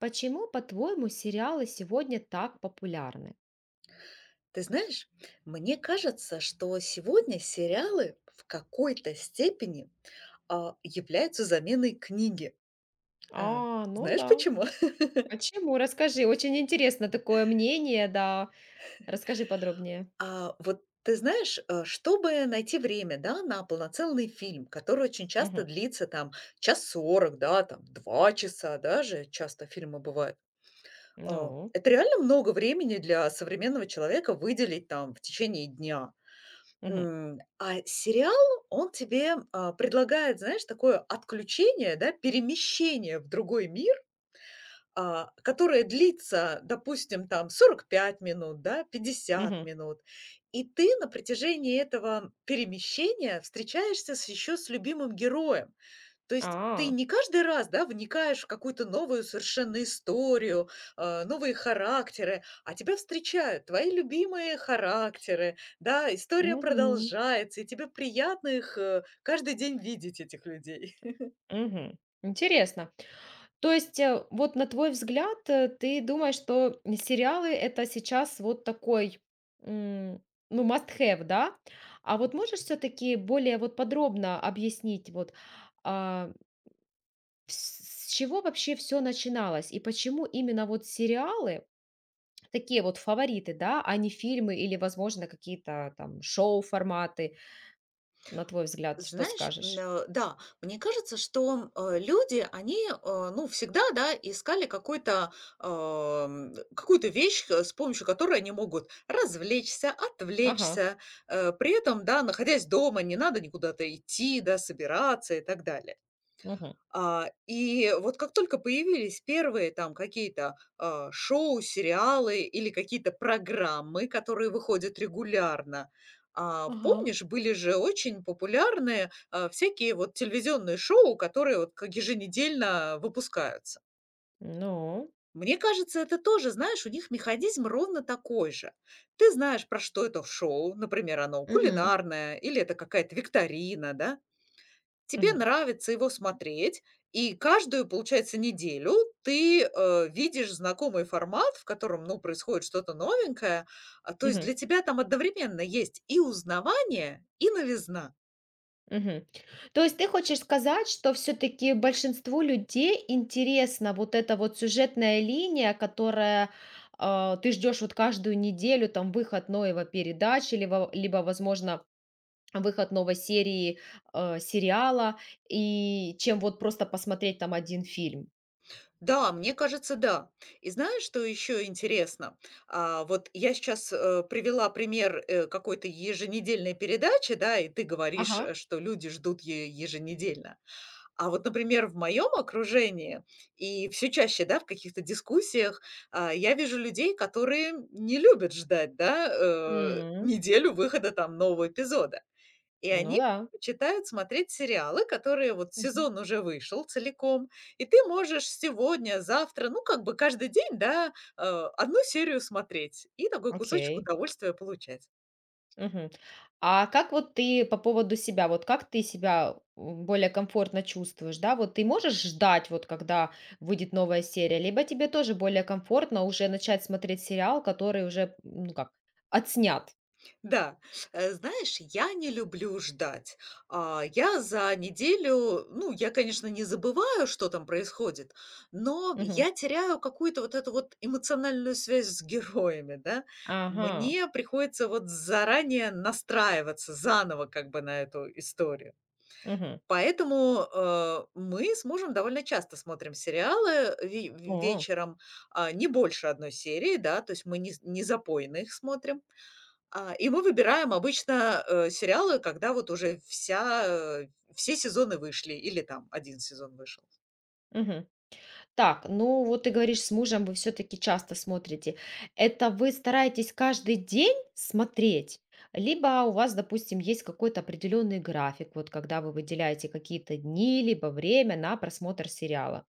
Почему, по-твоему, сериалы сегодня так популярны? Ты знаешь, мне кажется, что сегодня сериалы в какой-то степени, являются заменой книги. Э, А, ну Знаешь да. почему? Почему? Расскажи. Очень интересно такое мнение, да. Расскажи подробнее. Вот ты знаешь, чтобы найти время, да, на полноценный фильм, который очень часто Мгм. длится там час 40, да, там 2 часа даже, часто фильмы бывают. Ну. Это реально много времени для современного человека выделить там в течение дня. Мгм. А сериал, он тебе, предлагает, знаешь, такое отключение, да, перемещение в другой мир, которая длится, допустим, там 45 минут, да, пятьдесят Мгм. минут. И ты на протяжении этого перемещения встречаешься с еще с любимым героем. То есть ты А. не каждый раз, да, вникаешь в какую-то новую совершенно историю, новые характеры, а тебя встречают твои любимые характеры, да, история Мгм. продолжается, и тебе приятно их каждый день видеть, этих людей. Мгм. Интересно. То есть, вот на твой взгляд, ты думаешь, что сериалы это сейчас вот такой, м, ну, must have, да? А вот можешь все-таки более вот подробно объяснить, вот, а, с чего вообще все начиналось и почему именно вот сериалы такие вот фавориты, да, а не фильмы или, возможно, какие-то там шоу-форматы, на твой взгляд, что Знаешь, скажешь? Да, мне кажется, что люди, они, э, ну, всегда, да, искали какой-то, какую-то вещь, с помощью которой они могут развлечься, Ага, отвлечься, при этом, да, находясь дома, не надо никуда-то идти, да, собираться и так далее. мгм. И вот как только появились первые там какие-то, шоу, сериалы или какие-то программы, которые выходят регулярно, Ага. помнишь, были же очень популярные, всякие вот телевизионные шоу, которые вот как еженедельно выпускаются. Ну, Мне кажется, это тоже, знаешь, у них механизм ровно такой же. Ты знаешь, про что это шоу, например, оно мгм, кулинарное или это какая-то викторина, да? Тебе мгм, нравится его смотреть, и каждую, получается, неделю ты, видишь знакомый формат, в котором, ну, происходит что-то новенькое. То есть мгм, для тебя там одновременно есть и узнавание, и новизна. мгм. То есть ты хочешь сказать, что все таки большинству людей интересна вот эта вот сюжетная линия, которая, ты ждешь вот каждую неделю там выход новой передачи, либо, возможно, выход новой серии, сериала, и чем вот просто посмотреть там один фильм. Да, мне кажется, да. И знаешь, что еще интересно? Вот я сейчас, привела пример, какой-то еженедельной передачи, да, и ты говоришь, Ага. Что люди ждут ее еженедельно. А вот, например, в моем окружении и все чаще, да, в каких-то дискуссиях, я вижу людей, которые не любят ждать, да, М, неделю выхода там нового эпизода. И ну они да. читают, смотреть сериалы, которые вот Мгм. сезон уже вышел целиком, и ты можешь сегодня, завтра, ну, как бы каждый день, да, одну серию смотреть и такой кусочек Окей. удовольствия получать. Мгм. А как вот ты по поводу себя, вот как ты себя, более комфортно чувствуешь, да? Вот ты можешь ждать, вот когда выйдет новая серия, либо тебе тоже более комфортно уже начать смотреть сериал, который уже, ну как, отснят? Да, знаешь, я не люблю ждать. Я за неделю, ну, я, конечно, не забываю, что там происходит, но Мгм. я теряю какую-то вот эту вот эмоциональную связь с героями, да. Ага. Мне приходится вот заранее настраиваться заново как бы на эту историю. Мгм. Поэтому мы с мужем довольно часто смотрим сериалы О. вечером, не больше одной серии, да, то есть мы не запойно их смотрим. И мы выбираем обычно, сериалы, когда вот уже вся, э, все сезоны вышли или там один сезон вышел. Мгм. Так, ну вот ты говоришь, с мужем вы все-таки часто смотрите. Это вы стараетесь каждый день смотреть? Либо у вас, допустим, есть какой-то определенный график, вот когда вы выделяете какие-то дни, либо время на просмотр сериала.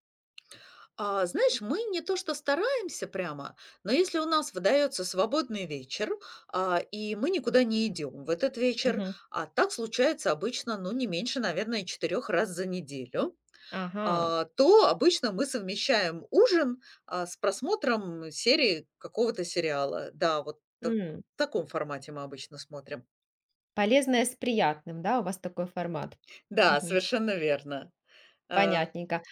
Знаешь, мы не то что стараемся прямо, но если у нас выдается свободный вечер, и мы никуда не идем в этот вечер, Мгм. а так случается обычно, ну, не меньше, наверное, четырех раз за неделю, Ага. То обычно мы совмещаем ужин, с просмотром серии какого-то сериала. Да, вот т М, в таком формате мы обычно смотрим. Полезное с приятным, да, у вас такой формат. Да, Мгм. совершенно верно. Э, Понятненько.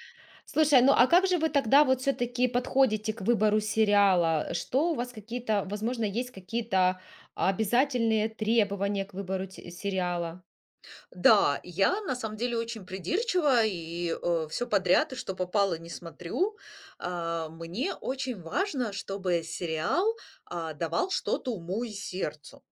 Слушай, ну а как же вы тогда вот все-таки подходите к выбору сериала? Что у вас какие-то, возможно, есть какие-то обязательные требования к выбору сериала? да, я на самом деле очень придирчива и, все подряд, и что попало, не смотрю. Мне очень важно, чтобы сериал, давал что-то уму и сердцу.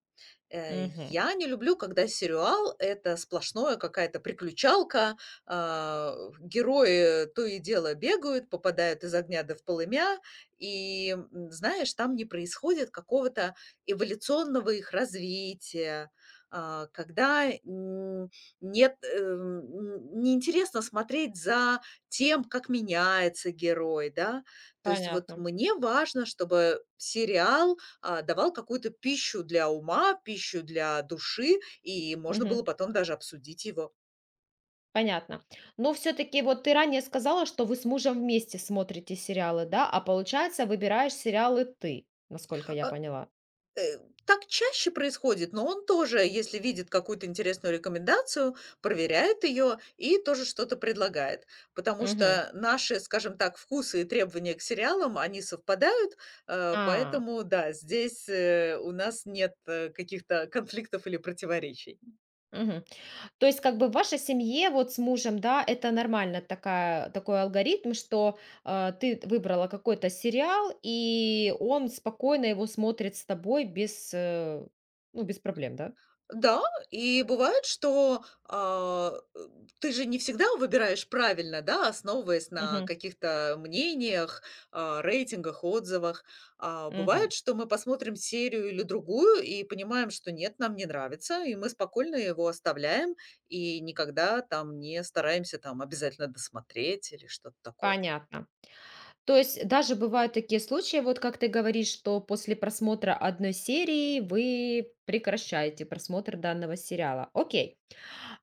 Э, Мгм. я не люблю, когда сериал — это сплошное какая-то приключалка, герои то и дело бегают, попадают из огня до в полымя, и, знаешь, там не происходит какого-то эволюционного их развития, когда, нет, н неинтересно смотреть за тем, как меняется герой, да. То есть вот Понятно. мне важно, чтобы сериал давал какую-то пищу для ума, пищу для души, и можно Мгм. было потом даже обсудить его. Понятно. Но все-таки вот ты ранее сказала, что вы с мужем вместе смотрите сериалы, да? А получается, выбираешь сериалы ты, насколько я А, поняла. э, так чаще происходит, но он тоже, если видит какую-то интересную рекомендацию, проверяет ее и тоже что-то предлагает. Потому Мгм. что наши, скажем так, вкусы и требования к сериалам, они совпадают, А. поэтому да, здесь у нас нет каких-то конфликтов или противоречий. Мгм. То есть как бы в вашей семье вот с мужем, да, это нормально такая, такой алгоритм, что ты выбрала какой-то сериал, и он спокойно его смотрит с тобой без, ну, без проблем, да? Да, и бывает, что, ты же не всегда выбираешь правильно, да, основываясь на Мгм. каких-то мнениях, рейтингах, отзывах. Бывает, Мгм. что мы посмотрим серию или другую и понимаем, что нет, нам не нравится, и мы спокойно его оставляем и никогда там не стараемся там обязательно досмотреть или что-то такое. Понятно. То есть даже бывают такие случаи, вот как ты говоришь, что после просмотра одной серии вы прекращаете просмотр данного сериала. Окей.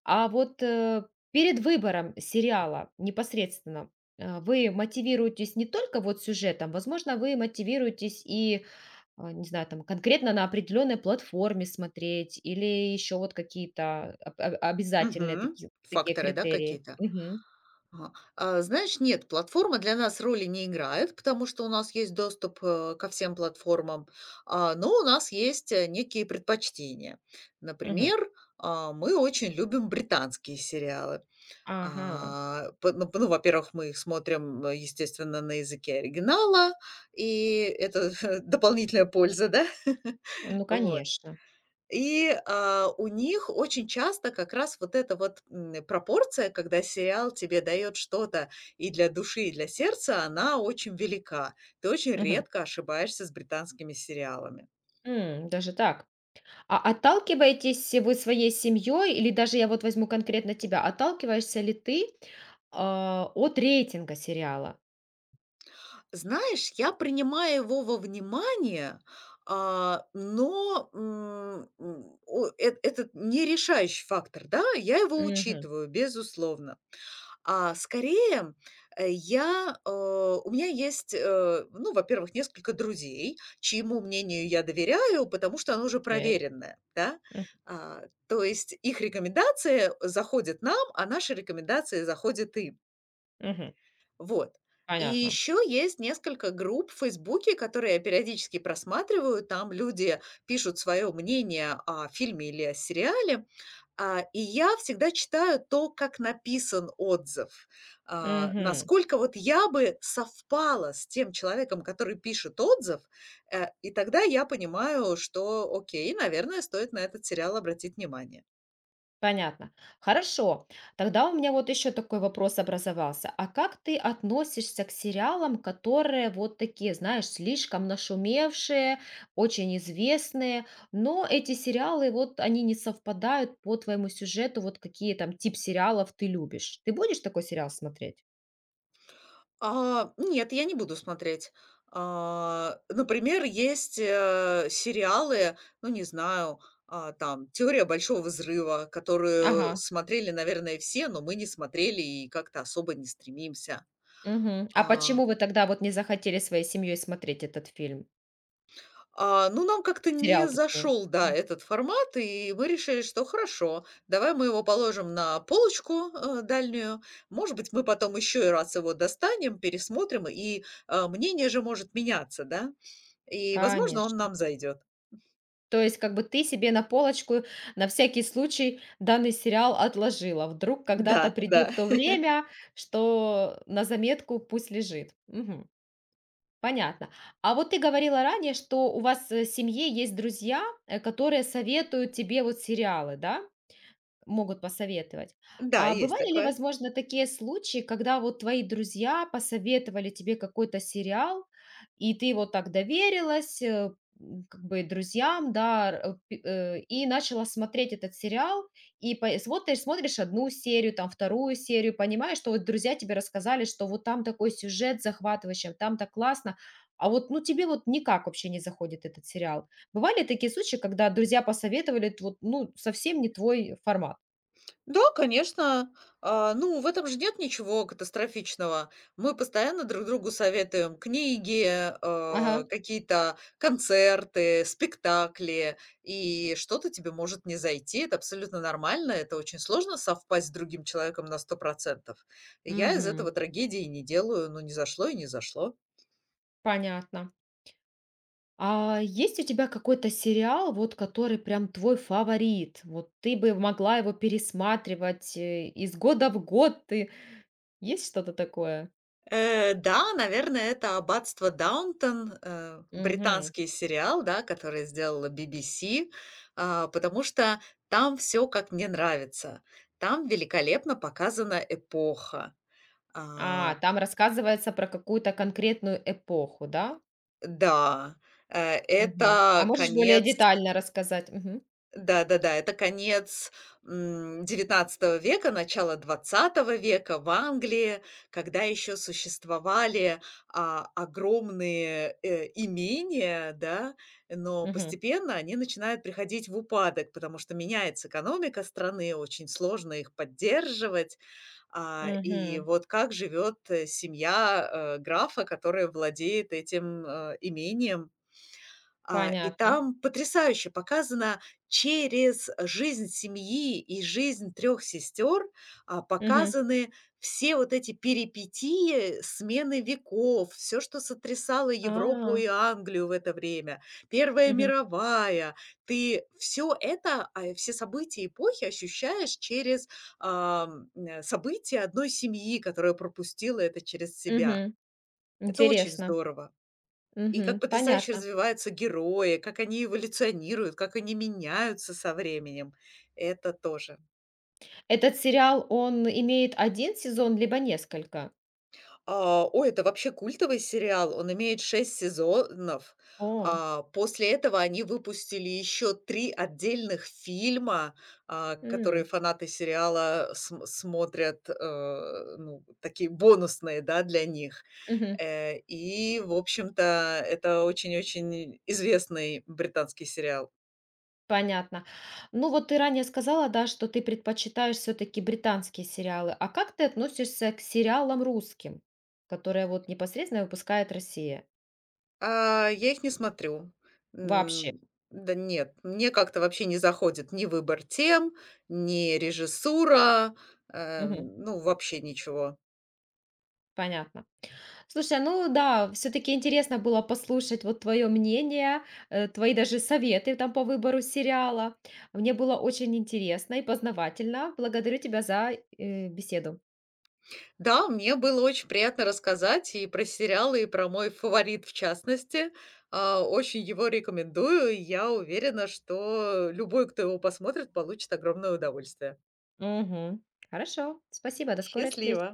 А вот, перед выбором сериала непосредственно, вы мотивируетесь не только вот сюжетом, возможно, вы мотивируетесь и, не знаю, там конкретно на определенной платформе смотреть или еще вот какие-то об обязательные Мгм. такие Факторы, да, критерии? какие-то? Мгм. Ага. Знаешь, нет, платформы для нас роли не играют, потому что у нас есть доступ, ко всем платформам, но у нас есть, некие предпочтения. Мгм. Например, мы очень любим британские сериалы. Ага. А, п Ну ну, во-первых, мы их смотрим, естественно, на языке оригинала, и это дополнительная польза, да? Ну, Вот. конечно. И, у них очень часто как раз вот эта вот, пропорция, когда сериал тебе дает что-то и для души, и для сердца, она очень велика. Ты очень Мгм. редко ошибаешься с британскими сериалами. Даже так? А отталкиваетесь вы своей семьей, или даже я вот возьму конкретно тебя, отталкиваешься ли ты, от рейтинга сериала? Знаешь, я принимаю его во внимание, но, о эт этот не решающий фактор, да, я его Мгм. учитываю, безусловно. Скорее, я, у меня есть, ну, во-первых, несколько друзей, чьему мнению я доверяю, потому что оно уже Окей. проверенное, да. М, А, То есть их рекомендации заходят нам, а наши рекомендации заходят им. мгм. Вот. И Понятно. еще есть несколько групп в Фейсбуке, которые я периодически просматриваю. Там люди пишут свое мнение о фильме или о сериале. И я всегда читаю то, как написан отзыв. Мгм. Насколько вот я бы совпала с тем человеком, который пишет отзыв, и тогда я понимаю, что окей, наверное, стоит на этот сериал обратить внимание. Понятно. Хорошо. Тогда у меня вот еще такой вопрос образовался. А как ты относишься к сериалам, которые вот такие, знаешь, слишком нашумевшие, очень известные, но эти сериалы, вот они не совпадают по твоему сюжету, вот какие там тип сериалов ты любишь? Ты будешь такой сериал смотреть? Нет, я не буду смотреть. Например, есть, сериалы, ну, не знаю, там "Теория большого взрыва", которую Ага. смотрели, наверное, все, но мы не смотрели и как-то особо не стремимся. Мгм. А А почему вы тогда вот не захотели своей семьей смотреть этот фильм? Ну, нам как-то не Сериал, точнее. зашел, да, Мгм. этот формат, и мы решили, что хорошо, давай мы его положим на полочку дальнюю. Может быть, мы потом еще и раз его достанем, пересмотрим, и мнение же может меняться, да? И, возможно, он Конечно. нам зайдет. То есть как бы ты себе на полочку на всякий случай данный сериал отложила. Вдруг когда-то Да, да, придет то время, что на заметку пусть лежит. Мгм. Понятно. А вот ты говорила ранее, что у вас, в семье есть друзья, которые советуют тебе вот сериалы, да? Могут посоветовать. да, А есть бывали ли, такое. возможно, такие случаи, когда вот твои друзья посоветовали тебе какой-то сериал, и ты вот так доверилась, как бы друзьям, да, и начала смотреть этот сериал, и смотришь, смотришь одну серию, там вторую серию, понимаешь, что вот друзья тебе рассказали, что вот там такой сюжет захватывающий, вот там так классно, а вот ну тебе вот никак вообще не заходит этот сериал. Бывали такие случаи, когда друзья посоветовали, вот, ну, совсем не твой формат? Да, конечно. Ну, в этом же нет ничего катастрофичного. Мы постоянно друг другу советуем книги, Ага. Какие-то концерты, спектакли, и что-то тебе может не зайти. Это абсолютно нормально. Это очень сложно совпасть с другим человеком на 100%. Я из этого Мгм. трагедии не делаю. Ну, не зашло и не зашло. Понятно. А есть у тебя какой-то сериал, вот который прям твой фаворит? Вот ты бы могла его пересматривать, из года в год ты. Есть что-то такое? Да, наверное, это "Аббатство Даунтон", Мгм. британский сериал, да, который сделала BBC, потому что там все, как мне нравится. Там великолепно показана эпоха. А, А, там рассказывается про какую-то конкретную эпоху, да? да, э, Мгм. А это можешь более конец детально рассказать? Мгм. Да-да-да, это конец, 19 века, начало 20 века в Англии, когда еще существовали, огромные, имения, да, но Мгм. постепенно они начинают приходить в упадок, потому что меняется экономика страны, очень сложно их поддерживать. И Мгм. вот как живет, семья, графа, которая владеет этим, имением. И Понятно. там потрясающе показано через жизнь семьи и жизнь трех сестер, Мгм. показаны все вот эти перипетии смены веков, все, что сотрясало Европу А. и Англию в это время, Первая Мгм. мировая. Ты все это, все события эпохи ощущаешь через, события одной семьи, которая пропустила это через себя. Мгм. Это очень Интересно. здорово. И как Мгм. потрясающе Понятно. развиваются герои, как они эволюционируют, как они меняются со временем. Это тоже. Этот сериал, он имеет один сезон либо несколько? Ой, это вообще культовый сериал. Он имеет 6 сезонов. О. После этого они выпустили еще 3 отдельных фильма, которые М, фанаты сериала см смотрят, ну, такие бонусные, да, для них. мгм. И, в общем-то, это очень-очень известный британский сериал. Понятно. Ну, вот ты ранее сказала, да, что ты предпочитаешь все таки британские сериалы. А как ты относишься к сериалам русским, которые вот непосредственно выпускает Россия? Я их не смотрю. Вообще? М, да нет, мне как-то вообще не заходит ни выбор тем, ни режиссура, Мгм. ну, вообще ничего. Понятно. Слушай, ну да, все-таки интересно было послушать вот твое мнение, твои даже советы там по выбору сериала. Мне было очень интересно и познавательно. Благодарю тебя за беседу. Да, мне было очень приятно рассказать и про сериалы, и про мой фаворит, в частности. Очень его рекомендую. И я уверена, что любой, кто его посмотрит, получит огромное удовольствие. Мгм. Хорошо, спасибо, до скорой встречи. Счастливо!